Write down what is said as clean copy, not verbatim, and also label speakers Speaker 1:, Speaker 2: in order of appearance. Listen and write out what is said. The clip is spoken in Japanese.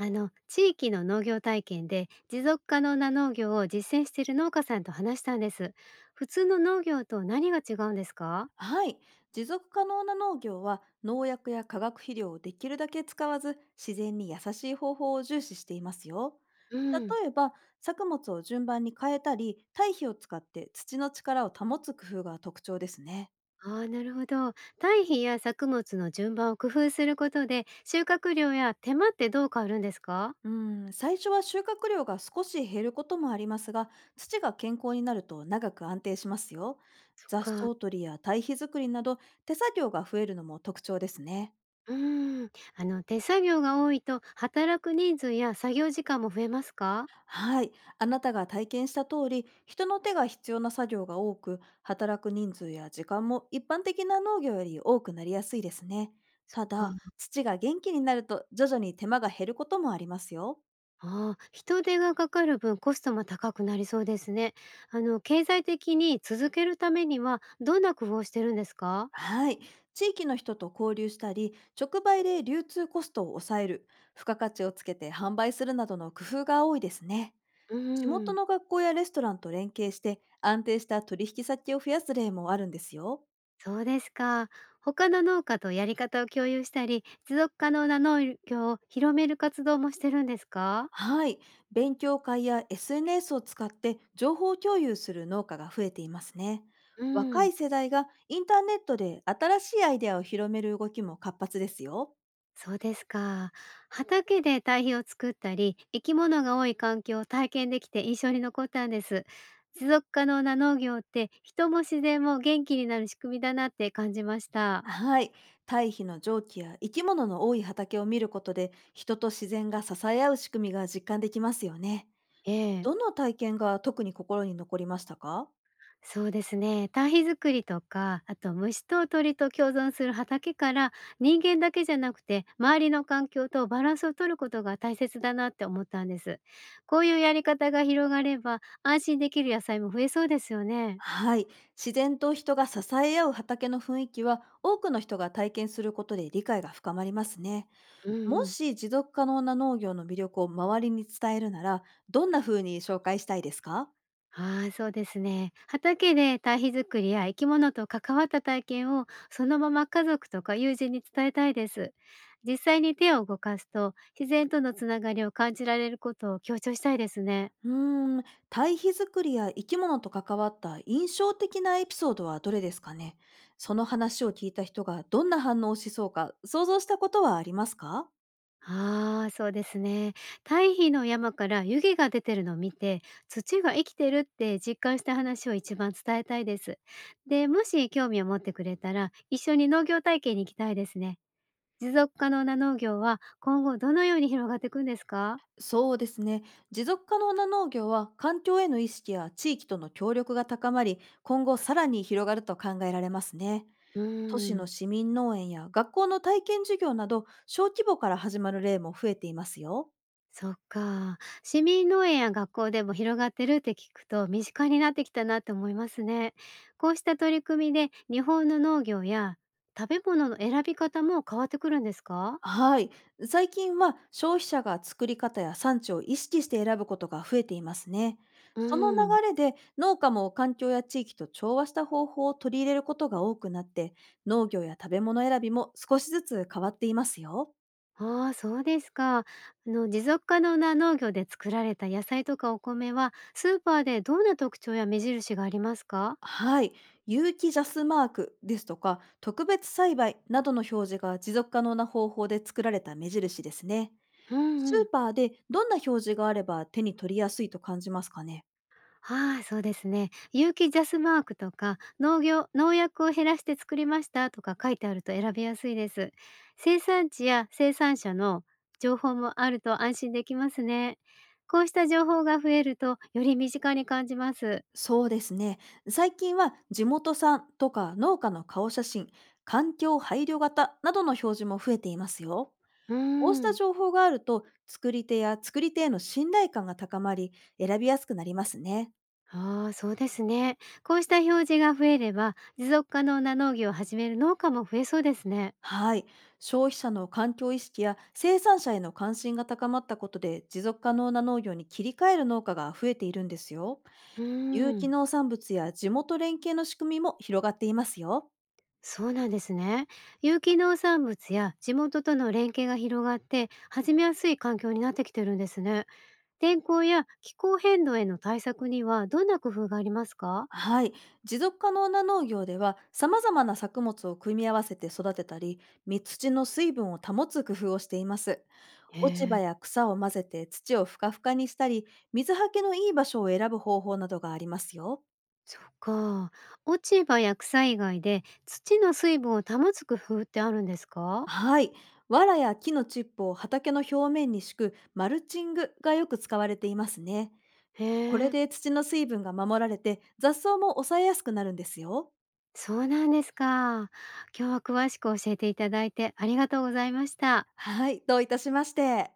Speaker 1: あの地域の農業体験で持続可能な農業を実践している農家さんと話したんです。普通の農業と何が違うんですか？
Speaker 2: はい。持続可能な農業は農薬や化学肥料をできるだけ使わず、自然に優しい方法を重視していますよ。
Speaker 1: うん、
Speaker 2: 例えば、作物を順番に変えたり堆肥を使って土の力を保つ工夫が特徴ですね。
Speaker 1: ああなるほど。堆肥や作物の順番を工夫することで収穫量や手間ってどう変わるんですか？
Speaker 2: う最初は収穫量が少し減ることもありますが、土が健康になると長く安定しますよ。
Speaker 1: そっ
Speaker 2: 雑
Speaker 1: か。
Speaker 2: 草取りや堆肥作りなど、手作業が増えるのも特徴ですね。
Speaker 1: うーん、手作業が多いと働く人数や作業時間も増えますか？
Speaker 2: はい。あなたが体験した通り、人の手が必要な作業が多く、働く人数や時間も一般的な農業より多くなりやすいですね。
Speaker 1: そっ
Speaker 2: た
Speaker 1: か。
Speaker 2: だ、土が元気になると徐々に手間が減ることもありますよ。
Speaker 1: ああ、人手がかかる分コストも高くなりそうですね。経済的に続けるためにはどんな工夫をしてるんですか？
Speaker 2: はい。地域の人と交流したり、直売で流通コストを抑える、付加価値をつけて販売するなどの工夫が多いですね。
Speaker 1: う
Speaker 2: 地
Speaker 1: ー
Speaker 2: 元
Speaker 1: ん、
Speaker 2: の学校やレストランと連携して、安定した取引先を増やす例もあるんですよ。
Speaker 1: そうですか。他の農家とやり方を共有したり、持続可能な農業を広める活動もしてるんですか？
Speaker 2: はい。勉強会や SNS を使って情報共有する農家が増えていますね。
Speaker 1: う
Speaker 2: 若
Speaker 1: ん。
Speaker 2: い世代がインターネットで新しいアイデアを広める動きも活発ですよ。
Speaker 1: そうですか。畑で堆肥を作ったり、生き物が多い環境を体験できて印象に残ったんです。持続可能な農業って人も自然も元気になる仕組みだなって感じました。
Speaker 2: はい。堆肥の蒸気や生き物の多い畑を見ることで、人と自然が支え合う仕組みが実感できますよね。
Speaker 1: ええ、
Speaker 2: どの体験が特に心に残りましたか？
Speaker 1: そうですね。堆肥作りとか、あと虫と鳥と共存する畑から人間だけじゃなくて周りの環境とバランスを取ることが大切だなって思ったんです。こういうやり方が広がれば安心できる野菜も増えそうですよね。
Speaker 2: はい。自然と人が支え合う畑の雰囲気は、多くの人が体験することで理解が深まりますね。
Speaker 1: うんう
Speaker 2: も
Speaker 1: ん。
Speaker 2: し持続可能な農業の魅力を周りに伝えるなら、どんな風に紹介したいですか？
Speaker 1: ああそうですね。畑で堆肥作りや生き物と関わった体験をそのまま家族とか友人に伝えたいです。実際に手を動かすと自然とのつながりを感じられることを強調したいですね。
Speaker 2: うーん、堆肥作りや生き物と関わった印象的なエピソードはどれですかね？その話を聞いた人がどんな反応をしそうか想像したことはありますか？
Speaker 1: ああ、そうですね。堆肥の山から湯気が出てるのを見て、土が生きてるって実感した話を一番伝えたいです。で、もし興味を持ってくれたら、一緒に農業体験に行きたいですね。持続可能な農業は今後どのように広がっていくんですか？
Speaker 2: そうですね。持続可能な農業は環境への意識や地域との協力が高まり、今後さらに広がると考えられますね。
Speaker 1: う
Speaker 2: 都
Speaker 1: ー
Speaker 2: 市の
Speaker 1: ん、
Speaker 2: 市民農園や学校の体験授業など、小規模から始まる例も増えていますよ。
Speaker 1: そっか。市民農園や学校でも広がってるって聞くと身近になってきたなって思いますね。こうした取り組みで日本の農業や食べ物の選び方も変わってくるんですか？
Speaker 2: はい。最近は消費者が作り方や産地を意識して選ぶことが増えていますね。
Speaker 1: う
Speaker 2: その流
Speaker 1: ん。
Speaker 2: れで農家も環境や地域と調和した方法を取り入れることが多くなって、農業や食べ物選びも少しずつ変わっていますよ。
Speaker 1: ああ、そうですか。持続可能な農業で作られた野菜とかお米は、スーパーでどんな特徴や目印がありますか？
Speaker 2: はい。有機ジャスマークですとか特別栽培などの表示が、持続可能な方法で作られた目印ですね。
Speaker 1: う
Speaker 2: ス
Speaker 1: んう
Speaker 2: ー
Speaker 1: ん。
Speaker 2: パーでどんな表示があれば手に取りやすいと感じますかね？
Speaker 1: ああ、そうですね。有機ジャスマークとか、農業、農薬を減らして作りましたとか書いてあると選びやすいです。生産地や生産者の情報もあると安心できますね。こうした情報が増えると、より身近に感じます。
Speaker 2: そうですね。最近は地元産とか農家の顔写真、環境配慮型などの表示も増えていますよ。
Speaker 1: う
Speaker 2: こうした
Speaker 1: ん。
Speaker 2: 情報があると、作り手や作り手への信頼感が高まり、選びやすくなりますね。
Speaker 1: ああ、そうですね。こうした表示が増えれば、持続可能な農業を始める農家も増えそうですね。
Speaker 2: はい。消費者の環境意識や生産者への関心が高まったことで、持続可能な農業に切り替える農家が増えているんですよ。
Speaker 1: う
Speaker 2: 有
Speaker 1: ー
Speaker 2: 機
Speaker 1: ん、
Speaker 2: 農産物や地元連携の仕組みも広がっていますよ。
Speaker 1: そうなんですね。有機農産物や地元との連携が広がって、始めやすい環境になってきてるんですね。天候や気候変動への対策にはどんな工夫がありますか？
Speaker 2: はい。持続可能な農業では、様々な作物を組み合わせて育てたり、蜜土の水分を保つ工夫をしています。
Speaker 1: へ
Speaker 2: 落ち
Speaker 1: え、
Speaker 2: 葉や草を混ぜて土をふかふかにしたり、水はけのいい場所を選ぶ方法などがありますよ。
Speaker 1: そっか。落ち葉や草以外で土の水分を保つ工夫ってあるんですか？
Speaker 2: はい。藁や木のチップを畑の表面に敷くマルチングがよく使われていますね。
Speaker 1: へ
Speaker 2: これ
Speaker 1: え。
Speaker 2: で土の水分が守られて、雑草も抑えやすくなるんですよ。
Speaker 1: そうなんですか。今日は詳しく教えていただいてありがとうございました。
Speaker 2: はい、どういたしまして。